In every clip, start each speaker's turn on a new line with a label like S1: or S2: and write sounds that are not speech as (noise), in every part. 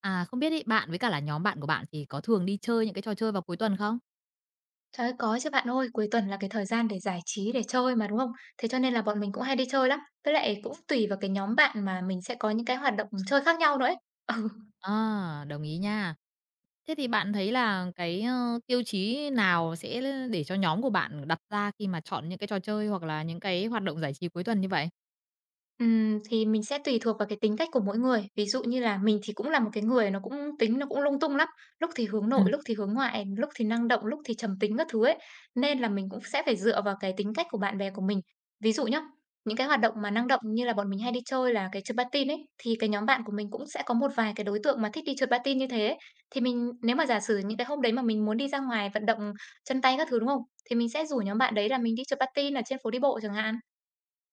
S1: À, không biết ấy, bạn với cả là nhóm bạn của bạn thì có thường đi chơi những cái trò chơi vào cuối tuần không?
S2: Trời ơi, có chứ bạn ơi, cuối tuần là cái thời gian để giải trí, để chơi mà, đúng không? Thế cho nên là bọn mình cũng hay đi chơi lắm, với lại cũng tùy vào cái nhóm bạn mà mình sẽ có những cái hoạt động chơi khác nhau nữa ấy. Ừ.
S1: À, đồng ý nha. Thế thì bạn thấy là cái, tiêu chí nào sẽ để cho nhóm của bạn đặt ra khi mà chọn những cái trò chơi hoặc là những cái hoạt động giải trí cuối tuần như vậy?
S2: Thì mình sẽ tùy thuộc vào cái tính cách của mỗi người. Ví dụ như là mình thì cũng là một cái người nó cũng tính nó cũng lung tung lắm, lúc thì hướng
S1: Ừm.
S2: nội, lúc thì hướng ngoại, lúc thì năng động, lúc thì trầm tính các thứ ấy. Nên là mình cũng sẽ phải dựa vào cái tính cách của bạn bè của mình. Ví dụ nhá, những cái hoạt động mà năng động như là bọn mình hay đi chơi là cái trượt patin ấy, thì cái nhóm bạn của mình cũng sẽ có một vài cái đối tượng mà thích đi trượt patin như thế ấy. Thì mình nếu mà giả sử những cái hôm đấy mà mình muốn đi ra ngoài vận động chân tay các thứ, đúng không? Thì mình sẽ rủ nhóm bạn đấy là mình đi trượt patin ở trên phố đi bộ chẳng hạn.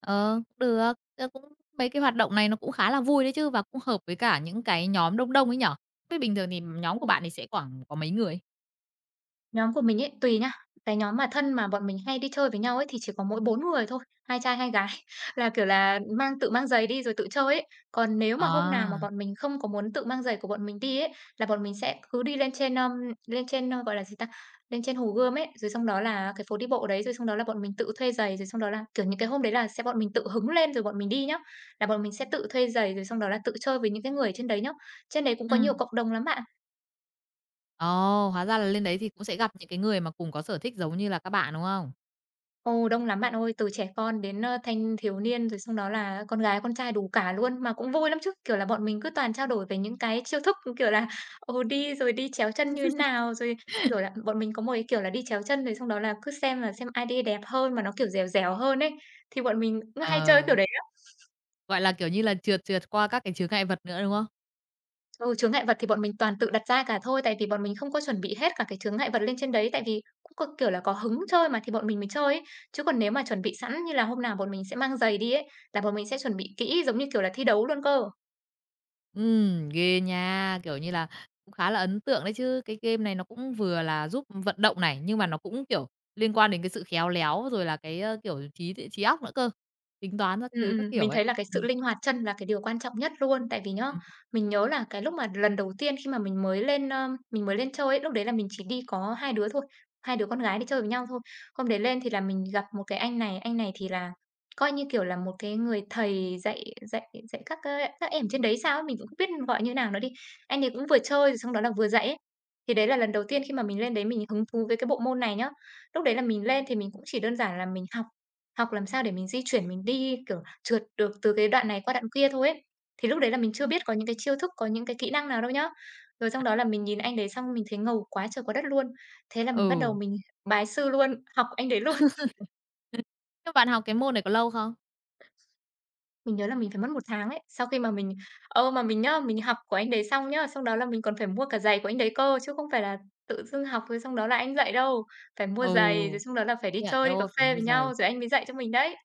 S1: Ờ, cũng được, cũng mấy cái hoạt động này nó cũng khá là vui đấy chứ và cũng hợp với cả những cái nhóm đông đông ấy nhỉ? Thế bình thường thì nhóm của bạn thì sẽ khoảng có mấy người?
S2: Nhóm của mình ấy, tùy nhá. Cái nhóm mà thân mà bọn mình hay đi chơi với nhau ấy thì chỉ có mỗi 4 người thôi, hai trai hai gái, (laughs) là, kiểu là, tự mang giày đi rồi tự chơi ấy. Còn nếu mà hôm nào mà
S1: À,
S2: bọn mình không có muốn tự mang giày của bọn mình đi ấy, là bọn mình sẽ cứ đi lên trên, gọi là gì ta, lên trên Hồ Gươm ấy, rồi xong đó là cái phố đi bộ đấy, rồi xong đó là bọn mình tự thuê giày, rồi xong đó là, kiểu, những cái hôm đấy là sẽ bọn mình tự hứng lên rồi bọn mình đi nhá, là bọn mình sẽ tự thuê giày, rồi xong đó là tự chơi với những cái người trên đấy nhá. Trên đấy cũng có
S1: ừm,
S2: nhiều cộng đồng lắm bạn.
S1: ồ, hóa ra là lên đấy thì cũng sẽ gặp những cái người mà cùng có sở thích giống như là các bạn, đúng không?
S2: Ồ, đông lắm bạn ơi, từ trẻ con đến, thanh thiếu niên, rồi xong đó là con gái, con trai đủ cả luôn, mà cũng vui lắm chứ. Kiểu là, bọn mình cứ toàn trao đổi về những cái chiêu thức, kiểu là, đi rồi đi chéo chân như thế nào, rồi, kiểu là, bọn mình có một cái kiểu là đi chéo chân, rồi xong đó là cứ xem là xem ai đi đẹp hơn mà nó, kiểu, dẻo dẻo hơn ấy, thì bọn mình cũng hay chơi
S1: Ờ.
S2: kiểu đấy.
S1: Gọi là, kiểu như là, trượt trượt qua các cái chướng ngại vật nữa, đúng không?
S2: Ừ, chướng ngại vật thì bọn mình toàn tự đặt ra cả thôi, tại vì bọn mình không có chuẩn bị hết cả cái chướng ngại vật lên trên đấy, tại vì cũng có, kiểu là, có hứng chơi mà thì bọn mình mới chơi ấy. Chứ còn nếu mà chuẩn bị sẵn như là hôm nào bọn mình sẽ mang giày đi ấy, là bọn mình sẽ chuẩn bị kỹ giống như, kiểu là, thi đấu luôn cơ.
S1: Ghê nha, kiểu như là, cũng khá là ấn tượng đấy chứ. Cái game này nó cũng vừa là giúp vận động này, nhưng mà nó cũng, kiểu, liên quan đến cái sự khéo léo, rồi là cái, kiểu, trí tuệ trí óc nữa cơ, tính toán các thứ các kiểu
S2: Mình
S1: ấy.
S2: thấy là cái sự
S1: Ừm,
S2: linh hoạt chân là cái điều quan trọng nhất luôn. Tại vì nhá,
S1: ừm,
S2: mình nhớ là cái lúc mà lần đầu tiên khi mà mình mới lên chơi ấy, lúc đấy là mình chỉ đi có 2 đứa thôi, 2 đứa con gái đi chơi với nhau thôi. Hôm đấy lên thì là mình gặp một cái anh này thì là coi như, kiểu là, một cái người thầy dạy dạy dạy các, các em trên đấy sao ấy, mình cũng không biết gọi như nào nữa đi. Anh ấy cũng vừa chơi rồi xong đó là vừa dạy ấy. Thì đấy là lần đầu tiên khi mà mình lên đấy mình hứng thú với cái bộ môn này nhá. Lúc đấy là mình lên thì mình cũng chỉ đơn giản là mình học, học làm sao để mình di chuyển mình đi, kiểu trượt được từ cái đoạn này qua đoạn kia thôi ấy. Thì lúc đấy là mình chưa biết có những cái chiêu thức, có những cái kỹ năng nào đâu nhá. Rồi xong đó là mình nhìn anh đấy xong mình thấy ngầu quá trời quá đất luôn. Thế là mình bắt đầu
S1: ừ.
S2: mình bái sư luôn, học anh đấy luôn. (laughs)
S1: Thế bạn học cái môn này có lâu không?
S2: Mình nhớ là mình phải mất 1 tháng ấy, sau khi mà mình ờ, mà mình nhá, mình học của anh đấy xong nhá, xong đó là mình còn phải mua cả giày của anh đấy cơ, chứ không phải là tự dưng học rồi xong đó là anh dạy đâu. Phải mua
S1: Ừ,
S2: giày, rồi xong đó là phải
S1: công
S2: đi
S1: nhận,
S2: chơi, đi
S1: eo
S2: cà
S1: ôi, phải
S2: phê với
S1: mua giày.
S2: nhau, rồi anh mới dạy cho mình đấy.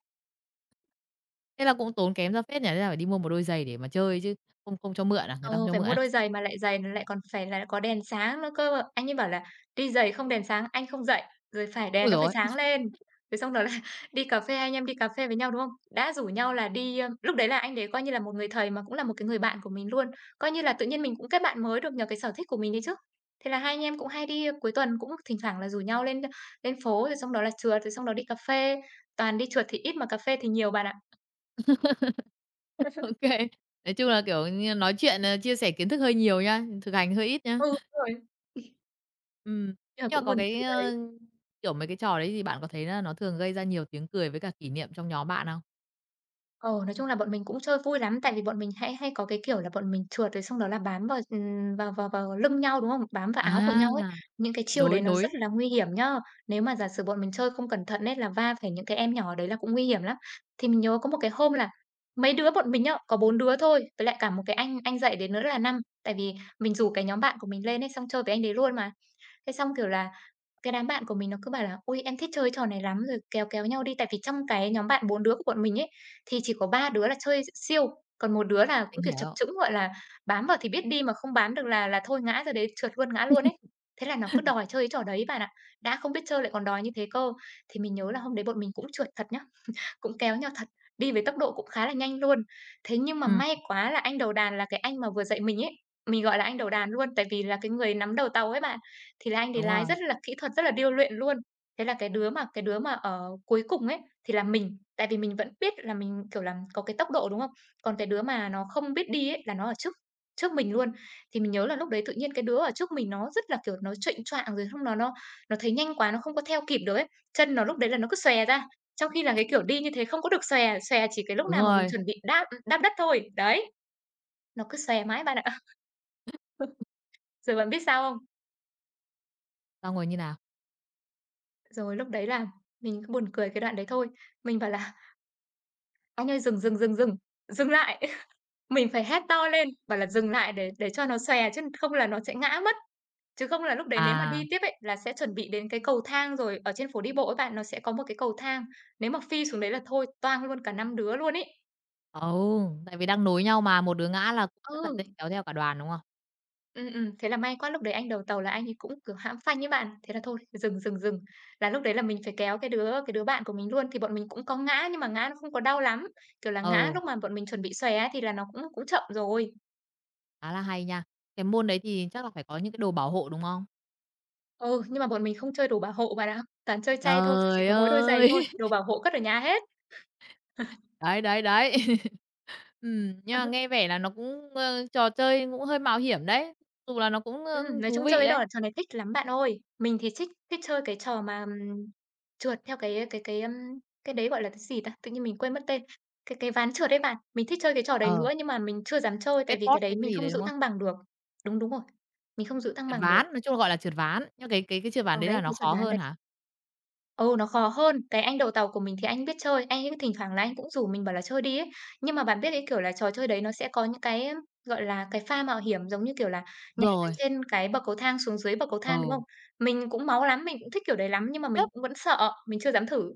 S1: Thế là cũng tốn kém ra phết nhỉ, thế là phải đi mua một đôi giày để mà chơi chứ không không cho mượn à? Người ta không
S2: Ừ,
S1: cho
S2: phải
S1: mượn
S2: mua
S1: à?
S2: đôi giày
S1: (laughs)
S2: mà lại giày lại còn phải là có đèn sáng nữa cơ. Anh ấy bảo là "Đi giày không đèn sáng anh không dậy, rồi phải đèn
S1: Ôi
S2: nó
S1: giời
S2: phải
S1: ơi!
S2: sáng lên." Rồi xong đó là (laughs) đi cà phê, anh em đi cà phê với nhau, đúng không? Đã rủ nhau là đi, ơ lúc đấy là anh đấy coi như là một người thầy mà cũng là một cái người bạn của mình luôn, coi như là tự nhiên mình cũng kết bạn mới được nhờ cái sở thích của mình đấy chứ. Thế là hai anh em cũng hay đi cuối tuần cũng thỉnh thoảng là rủ nhau lên, lên phố, rồi xong đó là trượt, rồi xong đó đi cà phê. Toàn đi trượt thì ít mà cà phê thì nhiều bạn ạ.
S1: (laughs) OK. Nói chung là, kiểu như, nói chuyện, chia sẻ kiến thức hơi nhiều nha, thực hành hơi ít nhá.
S2: Ừ, đúng rồi,
S1: Ừm.
S2: nhưng mà
S1: Nhưng mà
S2: cũng
S1: có
S2: buồn
S1: cái,
S2: cười.
S1: kiểu, mấy cái trò đấy thì bạn có thấy là nó thường gây ra nhiều tiếng cười với cả kỷ niệm trong nhóm bạn không?
S2: Ờ, nói chung là bọn mình cũng chơi vui lắm, tại vì bọn mình hay hay có cái kiểu là bọn mình trượt rồi xong đó là bám vào, vào vào vào lưng nhau, đúng không? Bám vào áo của
S1: À,
S2: nhau ấy. Những cái chiêu đấy
S1: nối
S2: nó rất
S1: nối,
S2: là nguy hiểm nhá. Nếu mà giả sử bọn mình chơi không cẩn thận ấy là va phải những cái em nhỏ đấy là cũng nguy hiểm lắm. Thì mình nhớ có một cái hôm là mấy đứa bọn mình nhá, có 4 đứa thôi, với lại cả một cái anh dạy đến nữa là năm, tại vì mình rủ cái nhóm bạn của mình lên ấy, xong chơi với anh đấy luôn mà. Thế xong, kiểu là, cái đám bạn của mình nó cứ bảo là "Ôi, em thích chơi trò này lắm", rồi kéo kéo nhau đi. Tại vì trong cái nhóm bạn 4 đứa của bọn mình ấy, thì chỉ có 3 đứa là chơi siêu, còn một đứa là cũng,
S1: mình
S2: kiểu, chập
S1: hiểu.
S2: chững, gọi là, bám vào thì biết đi mà không bám được là thôi ngã ra đấy, trượt luôn, ngã luôn ấy. Thế là nó cứ đòi chơi cái trò đấy bạn ạ, đã không biết chơi lại còn đòi như thế cơ. Thì mình nhớ là hôm đấy bọn mình cũng trượt thật nhá, cũng kéo nhau thật, đi với tốc độ cũng khá là nhanh luôn. Thế nhưng mà
S1: Ừm,
S2: may quá là anh đầu đàn là cái anh mà vừa dạy mình ấy, mình gọi là anh đầu đàn luôn, tại vì là cái người nắm đầu tàu ấy bạn, thì là anh đấy
S1: đúng
S2: lái
S1: rồi,
S2: rất là kỹ thuật, rất là điêu luyện luôn. Thế là cái đứa mà ở cuối cùng ấy thì là mình, tại vì mình vẫn biết là mình, kiểu là, có cái tốc độ, đúng không? Còn cái đứa mà nó không biết đi ấy là nó ở trước trước mình luôn. Thì mình nhớ là lúc đấy tự nhiên cái đứa ở trước mình nó rất là, kiểu, nó chệnh choạng rồi xong nó thấy nhanh quá, nó không có theo kịp được ấy, chân nó lúc đấy là nó cứ xòe ra, trong khi là cái kiểu đi như thế không có được xòe, xòe chỉ cái lúc
S1: đúng
S2: nào mà mình
S1: rồi.
S2: chuẩn bị đáp đáp đất thôi, đấy, nó cứ xòe mãi bạn ạ. (laughs) Rồi bạn biết sao không?
S1: Xong rồi như nào?
S2: Rồi lúc đấy là mình cứ buồn cười cái đoạn đấy thôi, mình bảo là "Anh ơi, dừng, dừng, dừng, dừng, dừng lại!" (laughs) Mình phải hét to lên, bảo là "Dừng lại!" để cho nó xòe chứ không là nó sẽ ngã mất. Chứ không là lúc đấy nếu mà
S1: À,
S2: đi tiếp ấy, là sẽ chuẩn bị đến cái cầu thang rồi, ở trên phố đi bộ ấy bạn, nó sẽ có một cái cầu thang, nếu mà phi xuống đấy là thôi toang luôn cả 5 đứa luôn ấy.
S1: ừ, tại vì đang nối nhau mà, một đứa ngã là cũng rất là
S2: Ừ.
S1: dễ kéo theo cả đoàn, đúng không?
S2: Thế là may quá lúc đấy anh đầu tàu là anh ấy cũng, kiểu, hãm phanh với bạn. Thế là thôi, dừng, dừng, dừng, là lúc đấy là mình phải kéo cái đứa bạn của mình luôn. Thì bọn mình cũng có ngã nhưng mà ngã nó không có đau lắm, kiểu là, ngã
S1: Ừ,
S2: lúc mà bọn mình chuẩn bị xòe á thì là nó cũng cũng chậm rồi.
S1: khá là hay nha. Cái môn đấy thì chắc là phải có những cái đồ bảo hộ, đúng không?
S2: Ừ, nhưng mà bọn mình không chơi đồ bảo hộ bạn ạ, toàn chơi chay thôi, chỉ
S1: Trời
S2: có mỗi đôi giày
S1: ơi!
S2: thôi, đồ bảo hộ cất ở nhà hết.
S1: Đấy, đấy, đấy. (laughs) Nhưng mà nghe vẻ là nó cũng, trò chơi cũng hơi mạo hiểm đấy, dù là nó cũng,
S2: Nói
S1: thú
S2: chung chơi
S1: vị
S2: cái
S1: đấy.
S2: đò trò này thích lắm bạn ơi. Mình thì thích thích chơi cái trò mà, trượt theo cái đấy gọi là cái gì ta? Tự nhiên mình quên mất tên. Cái ván trượt ấy bạn, mình thích chơi cái trò đấy
S1: Ờ,
S2: nữa nhưng mà mình chưa dám chơi tại vì cái
S1: skateboard
S2: đấy
S1: hay
S2: mình
S1: cái gì
S2: không
S1: đấy, đúng
S2: giữ
S1: không?
S2: thăng bằng được. Đúng, đúng rồi, mình không giữ thăng
S1: Trượt
S2: bằng được.
S1: ván, nói chung là, gọi là, trượt ván, nhưng cái trượt
S2: Ờ,
S1: ván đấy là
S2: đấy, cái
S1: nó
S2: trượt
S1: khó
S2: ván
S1: hơn
S2: đấy.
S1: hả?
S2: Ừ, nó khó hơn. Cái anh đầu tàu của mình thì anh biết chơi, anh ấy thỉnh thoảng là anh cũng rủ mình bảo là chơi đi ấy. Nhưng mà bạn biết cái kiểu là trò chơi đấy nó sẽ có những cái, gọi là, cái pha mạo hiểm, giống như kiểu là,
S1: Đúng
S2: nhảy từ
S1: rồi,
S2: trên cái bậc cầu thang xuống dưới bậc cầu thang, đúng không?
S1: ừ,
S2: Mình cũng máu lắm, mình cũng thích kiểu đấy lắm, nhưng mà mình
S1: khiếp,
S2: cũng vẫn sợ, mình chưa dám thử.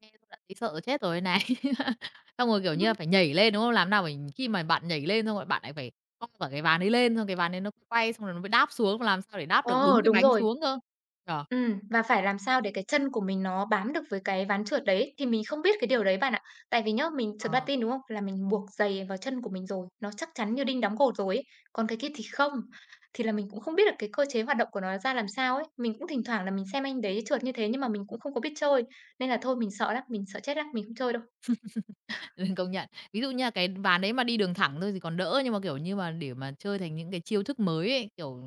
S1: nghe thôi đã thấy sợ chết rồi đây này. (laughs) Xong rồi, kiểu như là, phải
S2: (laughs)
S1: nhảy lên, đúng không? Làm nào mình khi mà bạn nhảy lên xong rồi bạn lại phải cong cả cái ván đấy lên, xong cái ván đấy nó quay xong rồi nó mới đáp xuống, làm sao để đáp được
S2: Ờ,
S1: đúng cái
S2: đúng
S1: bánh
S2: rồi.
S1: xuống cơ.
S2: Và phải làm sao để cái chân của mình nó bám được với cái ván trượt đấy, thì mình không biết cái điều đấy bạn ạ. Tại vì nhá, mình trượt
S1: Ờ.
S2: patin, đúng không? Là mình buộc giày vào chân của mình rồi, nó chắc chắn như đinh đóng cột rồi ấy. Còn cái kia thì không, thì là mình cũng không biết được cái cơ chế hoạt động của nó ra làm sao ấy. Mình cũng thỉnh thoảng là mình xem anh đấy trượt như thế nhưng mà mình cũng không có biết chơi, nên là thôi mình sợ lắm, mình sợ chết lắm, mình không chơi đâu.
S1: Ừ, công nhận. Ví dụ như là cái ván đấy mà đi đường thẳng thôi thì còn đỡ, nhưng mà, kiểu như mà, để mà chơi thành những cái chiêu thức mới ấy, kiểu,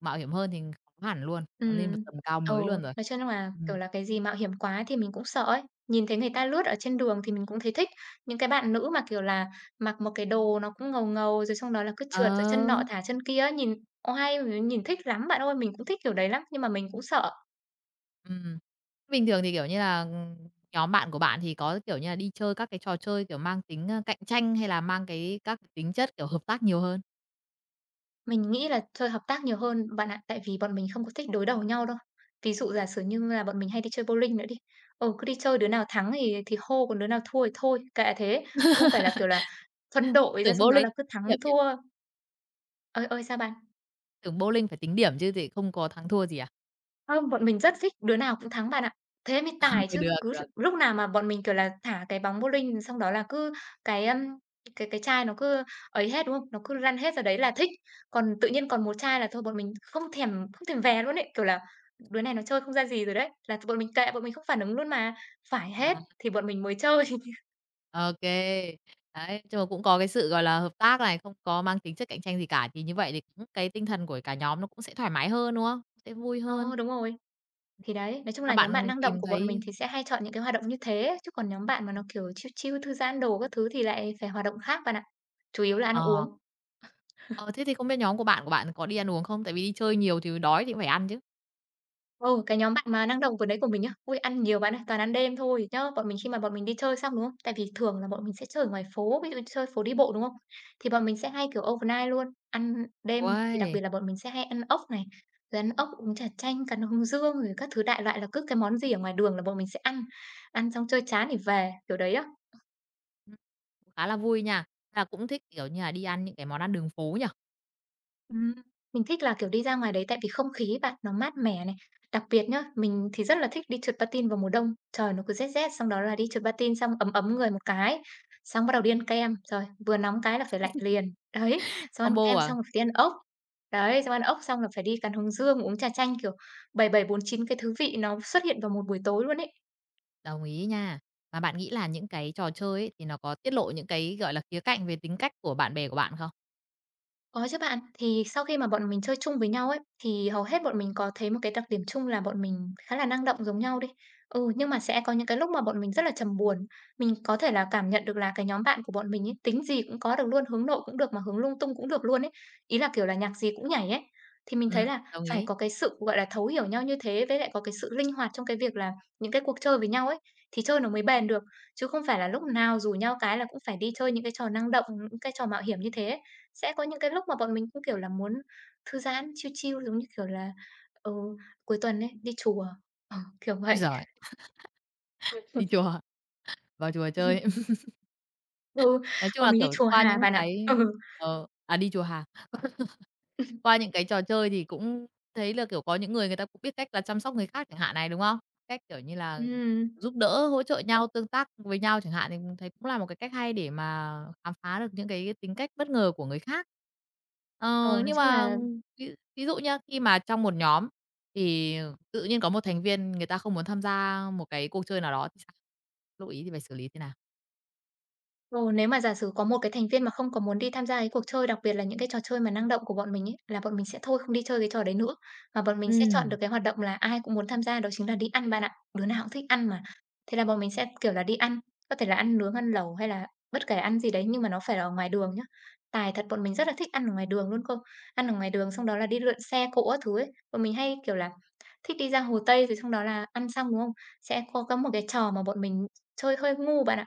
S1: mạo hiểm hơn thì khó hẳn luôn, nó lên một
S2: Ừm,
S1: tầm cao
S2: ừ,
S1: mới luôn rồi.
S2: nói chung là,
S1: Ừ,
S2: kiểu là, cái gì mạo hiểm quá thì mình cũng sợ ấy. Nhìn thấy người ta lướt ở trên đường thì mình cũng thấy thích. Những cái bạn nữ mà, kiểu là, mặc một cái đồ nó cũng ngầu ngầu, rồi xong đó là cứ trượt rồi
S1: ờ,
S2: chân nọ thả chân kia ấy, nhìn oai, mình nhìn thích lắm bạn ơi, mình cũng thích kiểu đấy lắm, nhưng mà mình cũng sợ.
S1: ừm. Bình thường thì, kiểu như là, nhóm bạn của bạn thì có, kiểu như là, đi chơi các cái trò chơi, kiểu, mang tính, cạnh tranh hay là mang các cái tính chất, kiểu, hợp tác nhiều hơn?
S2: Mình nghĩ là chơi hợp tác nhiều hơn bạn ạ, tại vì bọn mình không có thích đối đầu nhau đâu. Ví dụ giả sử như là bọn mình hay đi chơi bowling nữa đi, ừ, cứ đi chơi đứa nào thắng thì hô, còn đứa nào thua thì thôi, kệ thế, chứ không phải là, kiểu là, phân đội ra
S1: Tưởng
S2: xong đó
S1: bowling
S2: là cứ thắng
S1: điểm nhỉ?
S2: thua. Ơi, ơi, sao bạn?
S1: Tưởng bowling phải tính điểm chứ thì không có thắng thua gì à?
S2: Không, bọn mình rất thích, đứa nào cũng thắng bạn ạ. Thế mới tài
S1: (laughs) Ừ,
S2: chứ,
S1: được,
S2: cứ
S1: được.
S2: lúc nào mà bọn mình, kiểu là, thả cái bóng bowling xong đó là cứ cái, ưm, cái chai nó cứ ấy hết, đúng không? Nó cứ lăn hết ra đấy là thích. Còn tự nhiên còn một chai là thôi bọn mình không thèm về luôn ấy, kiểu là, đứa này nó chơi không ra gì rồi đấy, là bọn mình kệ, bọn mình không phản ứng luôn mà. Phải hết
S1: À.
S2: thì bọn mình mới chơi. (laughs)
S1: OK. Đấy, nhưng mà cũng có cái sự, gọi là, hợp tác này, không có mang tính chất cạnh tranh gì cả, thì như vậy thì cũng cái tinh thần của cả nhóm nó cũng sẽ thoải mái hơn, đúng không? Sẽ vui hơn.
S2: Ờ, đúng rồi. Thì đấy, nói chung
S1: Mà
S2: là nhóm bạn
S1: bạn
S2: năng
S1: tìm
S2: động của bọn mình
S1: thấy
S2: thì sẽ hay chọn những cái hoạt động như thế chứ còn nhóm bạn mà nó,
S1: ừm,
S2: kiểu, chill chill, thư giãn đồ các thứ thì lại phải hoạt động khác bạn ạ, chủ yếu là ăn uống.
S1: ờ, ờ, thế thì không biết nhóm của bạn có đi ăn uống không? Tại vì đi chơi nhiều thì đói thì cũng phải ăn chứ.
S2: Ừ, cái nhóm bạn mà năng động vừa đấy của mình nhá, ui ăn nhiều bạn ơi, toàn ăn đêm thôi nhá. Bọn mình Khi mà bọn mình đi chơi xong, đúng không? Tại vì thường là bọn mình sẽ chơi ở ngoài phố, ví dụ như chơi phố đi bộ, đúng không? Thì bọn mình sẽ hay, kiểu, overnight luôn, ăn đêm thì đặc biệt
S1: Uầy,
S2: là bọn mình sẽ hay ăn ốc này, rồi ăn ốc, uống trà chanh, cắn hướng dương rồi các thứ đại loại là cứ cái món gì ở ngoài đường là bọn mình sẽ ăn, ăn xong chơi chán thì về, kiểu đấy á.
S1: ừm, cũng khá là vui nha. Là cũng thích, kiểu như là, đi ăn những cái món ăn đường phố nhỉ?
S2: Ừm, mình thích là, kiểu, đi ra ngoài đấy tại vì không khí bạn nó mát mẻ này. Đặc biệt nhá, mình thì rất là thích đi trượt patin vào mùa đông, trời nó cứ rét rét, xong đó là đi trượt patin xong ấm ấm người một cái, xong bắt đầu đi ăn kem, rồi vừa nóng cái là phải lạnh liền. Đấy, xong ăn
S1: Combo
S2: kem
S1: à?
S2: xong rồi phải đi ăn ốc. Đấy, xong ăn ốc xong là phải đi cắn hướng dương, uống trà chanh, kiểu, bảy bảy bốn chín cái thứ vị nó xuất hiện vào một buổi tối luôn ấy.
S1: Đồng ý nha. Mà bạn nghĩ là những cái trò chơi ấy, thì nó có tiết lộ những cái, gọi là, khía cạnh về tính cách của bạn bè của bạn không?
S2: Có chứ bạn. Thì sau khi mà bọn mình chơi chung với nhau ấy, thì hầu hết bọn mình có thấy một cái đặc điểm chung là bọn mình khá là năng động giống nhau đi. Ừ, nhưng mà sẽ có những cái lúc mà bọn mình rất là trầm buồn. Mình có thể là cảm nhận được là cái nhóm bạn của bọn mình ấy, tính gì cũng có được luôn, hướng nội cũng được mà hướng lung tung cũng được luôn ấy. Ý là kiểu là nhạc gì cũng nhảy ấy. Thì mình thấy là
S1: Đồng
S2: phải
S1: ý.
S2: có cái sự, gọi là, thấu hiểu nhau như thế với lại có cái sự linh hoạt trong cái việc là những cái cuộc chơi với nhau ấy, thì chơi nó mới bền được. Chứ không phải là lúc nào rủ nhau cái là cũng phải đi chơi những cái trò năng động, những cái trò mạo hiểm như thế ấy. Sẽ có những cái lúc mà bọn mình cũng, kiểu là, muốn thư giãn, chill chill, giống như kiểu là, ừ, cuối tuần ấy, đi chùa, ờ, kiểu
S1: Ôi
S2: vậy.
S1: giời, đi chùa. Vào chùa chơi.
S2: (laughs)
S1: (laughs)
S2: Ừ,
S1: Nói chung
S2: bọn
S1: là,
S2: mình đi
S1: kiểu,
S2: chùa
S1: qua
S2: Hà
S1: những
S2: bạn ạ.
S1: cái
S2: Ừ.
S1: đi chùa hàng.
S2: (laughs)
S1: Qua những cái trò chơi thì cũng thấy là, kiểu, có những người người ta cũng biết cách là chăm sóc người khác chẳng hạn này, đúng không? Cách, kiểu như là,
S2: Ừm,
S1: giúp đỡ, hỗ trợ nhau, tương tác với nhau chẳng hạn, thì mình thấy cũng là một cái cách hay để mà khám phá được những cái tính cách bất ngờ của người khác.
S2: ờ,
S1: Ờ,
S2: nói
S1: nhưng
S2: chung
S1: mà
S2: là.
S1: ví ví dụ nhá khi mà trong một nhóm thì tự nhiên có một thành viên người ta không muốn tham gia một cái cuộc chơi nào đó thì sao? Lúc ấy thì phải xử lý thế nào?
S2: Ừ, nếu mà giả sử có một cái thành viên mà không có muốn đi tham gia cái cuộc chơi, đặc biệt là những cái trò chơi mà năng động của bọn mình ấy, là bọn mình sẽ thôi không đi chơi cái trò đấy nữa, mà bọn mình sẽ chọn được
S1: Ừm.
S2: cái hoạt động là ai cũng muốn tham gia, đó chính là đi ăn bạn ạ. Đứa nào cũng thích ăn mà. Thế là bọn mình sẽ, kiểu là, đi ăn, có thể là ăn nướng, ăn lẩu hay là bất kể ăn gì đấy nhưng mà nó phải là ở ngoài đường nhá. Tài thật, bọn mình rất là thích ăn ở ngoài đường luôn cơ. Ăn ở ngoài đường xong đó là đi lượn xe cộ các thứ ấy. Bọn mình hay, kiểu là, thích đi ra Hồ Tây rồi xong đó là ăn xong, đúng không? Sẽ có một cái trò mà bọn mình chơi hơi ngu bạn ạ.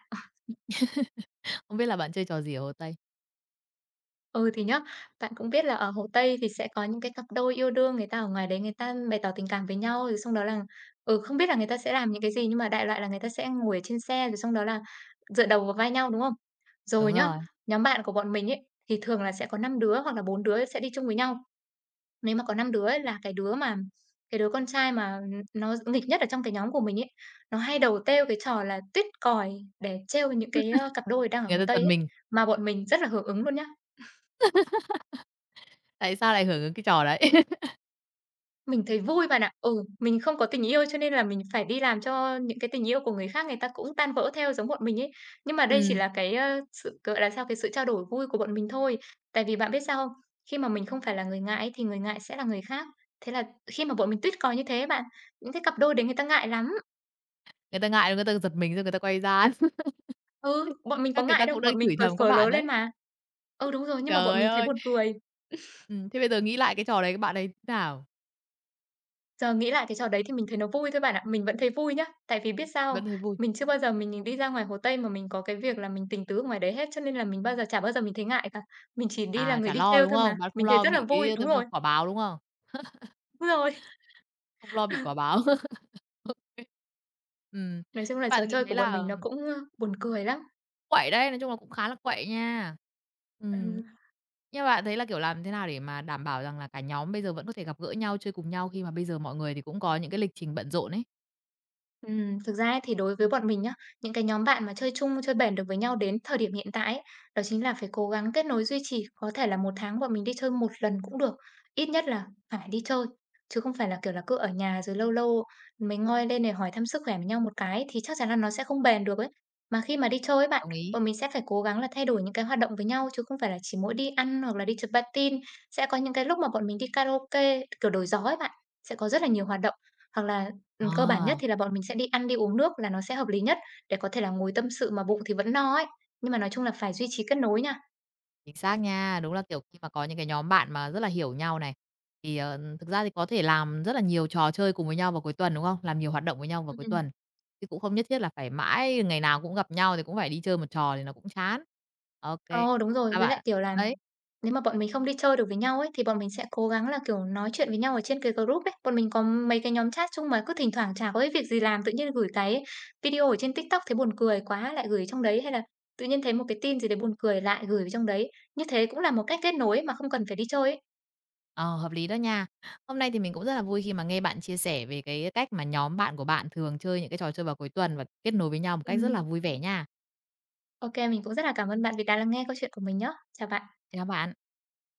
S1: Không biết là bạn chơi trò gì ở Hồ Tây?
S2: Ừ, thì nhá, bạn cũng biết là ở Hồ Tây thì sẽ có những cái cặp đôi yêu đương, người ta ở ngoài đấy người ta bày tỏ tình cảm với nhau, rồi xong đó là ừ, không biết là người ta sẽ làm những cái gì, nhưng mà đại loại là người ta sẽ ngồi ở trên xe, rồi xong đó là dựa đầu vào vai nhau, đúng không?
S1: Đúng
S2: Rồi nhá,
S1: rồi,
S2: nhóm bạn của bọn mình ấy, thì thường là sẽ có 5 đứa hoặc là 4 đứa sẽ đi chung với nhau. Nếu mà có 5 đứa ấy, là cái đứa con trai mà nó nghịch nhất ở trong cái nhóm của mình ấy, nó hay đầu trêu cái trò là tuyết còi để trêu những cái, ơ, cặp đôi đang ở
S1: người
S2: Hồ
S1: ta
S2: Tây
S1: giật
S2: ấy,
S1: mình,
S2: mà bọn mình rất là hưởng ứng luôn nhá.
S1: tại sao lại hưởng ứng cái trò đấy? (laughs)
S2: Mình thấy vui bạn ạ. Ừ, mình không có tình yêu cho nên là mình phải đi làm cho những cái tình yêu của người khác người ta cũng tan vỡ theo giống bọn mình ấy. Nhưng mà đây chỉ
S1: Ừm,
S2: là cái, ơ, sự, gọi là sao, cái sự trao đổi vui của bọn mình thôi. Tại vì bạn biết sao không? Khi mà mình không phải là người ngại ấy thì người ngại sẽ là người khác. Thế là khi mà bọn mình tuyết cò như thế bạn, những cái cặp đôi đấy người ta ngại lắm.
S1: người ta ngại người ta giật mình rồi người ta quay ra,
S2: Ừ, bọn
S1: (laughs)
S2: mình có
S1: các người
S2: ngại
S1: ta
S2: đâu,
S1: cũng
S2: bọn
S1: đang
S2: mình
S1: chửi
S2: cười
S1: thầm các
S2: phở lớ
S1: bạn
S2: lên
S1: đấy.
S2: mà. Ừ, đúng rồi, nhưng mà bọn
S1: Trời
S2: mình thấy
S1: ơi!
S2: buồn cười.
S1: Thế bây giờ nghĩ lại cái trò đấy các bạn ấy thế nào?
S2: Giờ nghĩ lại cái trò đấy thì mình thấy nó vui thôi bạn ạ. Mình vẫn thấy vui nhá, tại vì biết sao không?
S1: Vẫn thấy vui.
S2: Mình chưa bao giờ mình đi ra ngoài Hồ Tây mà mình có cái việc là mình tình tứ ở ngoài đấy hết, cho nên là mình bao giờ chả bao giờ mình thấy ngại cả. Mình chỉ đi là
S1: À,
S2: người
S1: chả
S2: đi
S1: lo,
S2: trêu
S1: đúng
S2: thôi mà,
S1: không? Bạn không
S2: mình thấy
S1: lo
S2: rất là
S1: bị
S2: vui
S1: cái
S2: đúng
S1: cái
S2: rồi,
S1: quả báo, đúng không?
S2: đúng rồi.
S1: Không lo bị quả báo. (laughs) Ô, Ừm,
S2: Nói chung là trò
S1: bạn nghĩ
S2: chơi
S1: thấy
S2: của bọn mình
S1: là
S2: nó cũng, ơ, buồn cười lắm.
S1: quậy đấy, nói chung là cũng khá là quậy nha. Ừm.
S2: Ừ.
S1: Nhưng mà bạn thấy là, kiểu, làm thế nào để mà đảm bảo rằng là cả nhóm bây giờ vẫn có thể gặp gỡ nhau, chơi cùng nhau khi mà bây giờ mọi người thì cũng có những cái lịch trình bận rộn ấy?
S2: Thực ra ấy thì đối với bọn mình nhá, những cái nhóm bạn mà chơi chung, chơi bền được với nhau đến thời điểm hiện tại ấy, đó chính là phải cố gắng kết nối duy trì, có thể là một tháng bọn mình đi chơi một lần cũng được, ít nhất là phải đi chơi. Chứ không phải là, kiểu là, cứ ở nhà rồi lâu lâu mới ngoi lên để hỏi thăm sức khỏe với nhau một cái thì chắc chắn là nó sẽ không bền được ấy. Mà khi mà đi chơi ấy bạn,
S1: Đồng ý.
S2: bọn mình sẽ phải cố gắng là thay đổi những cái hoạt động với nhau chứ không phải là chỉ mỗi đi ăn hoặc là đi chụp patin. Sẽ có những cái lúc mà bọn mình đi karaoke, kiểu, đổi gió ấy bạn, sẽ có rất là nhiều hoạt động. Hoặc là
S1: Ờ,
S2: Cơ bản nhất thì là bọn mình sẽ đi ăn, đi uống nước là nó sẽ hợp lý nhất, để có thể là ngồi tâm sự mà bụng thì vẫn no ấy. Nhưng mà nói chung là phải duy trì kết nối nha.
S1: chính xác nha. Đúng là, kiểu, khi mà có những cái nhóm bạn mà rất là hiểu nhau này, thì, thực ra thì có thể làm rất là nhiều trò chơi cùng với nhau vào cuối tuần, đúng không? Làm nhiều hoạt động với nhau vào
S2: Ừm,
S1: cuối
S2: ừm.
S1: tuần, chứ cũng không nhất thiết là phải mãi ngày nào cũng gặp nhau thì cũng phải đi chơi một trò thì nó cũng chán. Ô kê.
S2: Ờ, đúng rồi,
S1: Sao
S2: với lại,
S1: bạn
S2: kiểu là,
S1: đấy.
S2: nếu mà bọn mình không đi chơi được với nhau ấy, thì bọn mình sẽ cố gắng là, kiểu, nói chuyện với nhau ở trên cái group ấy. Bọn mình có mấy cái nhóm chat chung mà cứ thỉnh thoảng chả có cái việc gì làm, tự nhiên gửi cái video ở trên TikTok thấy buồn cười quá lại gửi trong đấy, hay là tự nhiên thấy một cái tin gì đấy buồn cười lại gửi vào trong đấy. Như thế cũng là một cách kết nối mà không cần phải đi chơi ấy.
S1: Ờ, hợp lý đó nha. Hôm nay thì mình cũng rất là vui khi mà nghe bạn chia sẻ về cái cách mà nhóm bạn của bạn thường chơi những cái trò chơi vào cuối tuần và kết nối với nhau một cách rất là
S2: Ừm,
S1: vui vẻ nha.
S2: ô mình cũng rất là cảm ơn bạn vì đã lắng nghe câu chuyện của mình nhá. Chào bạn.
S1: Chào bạn.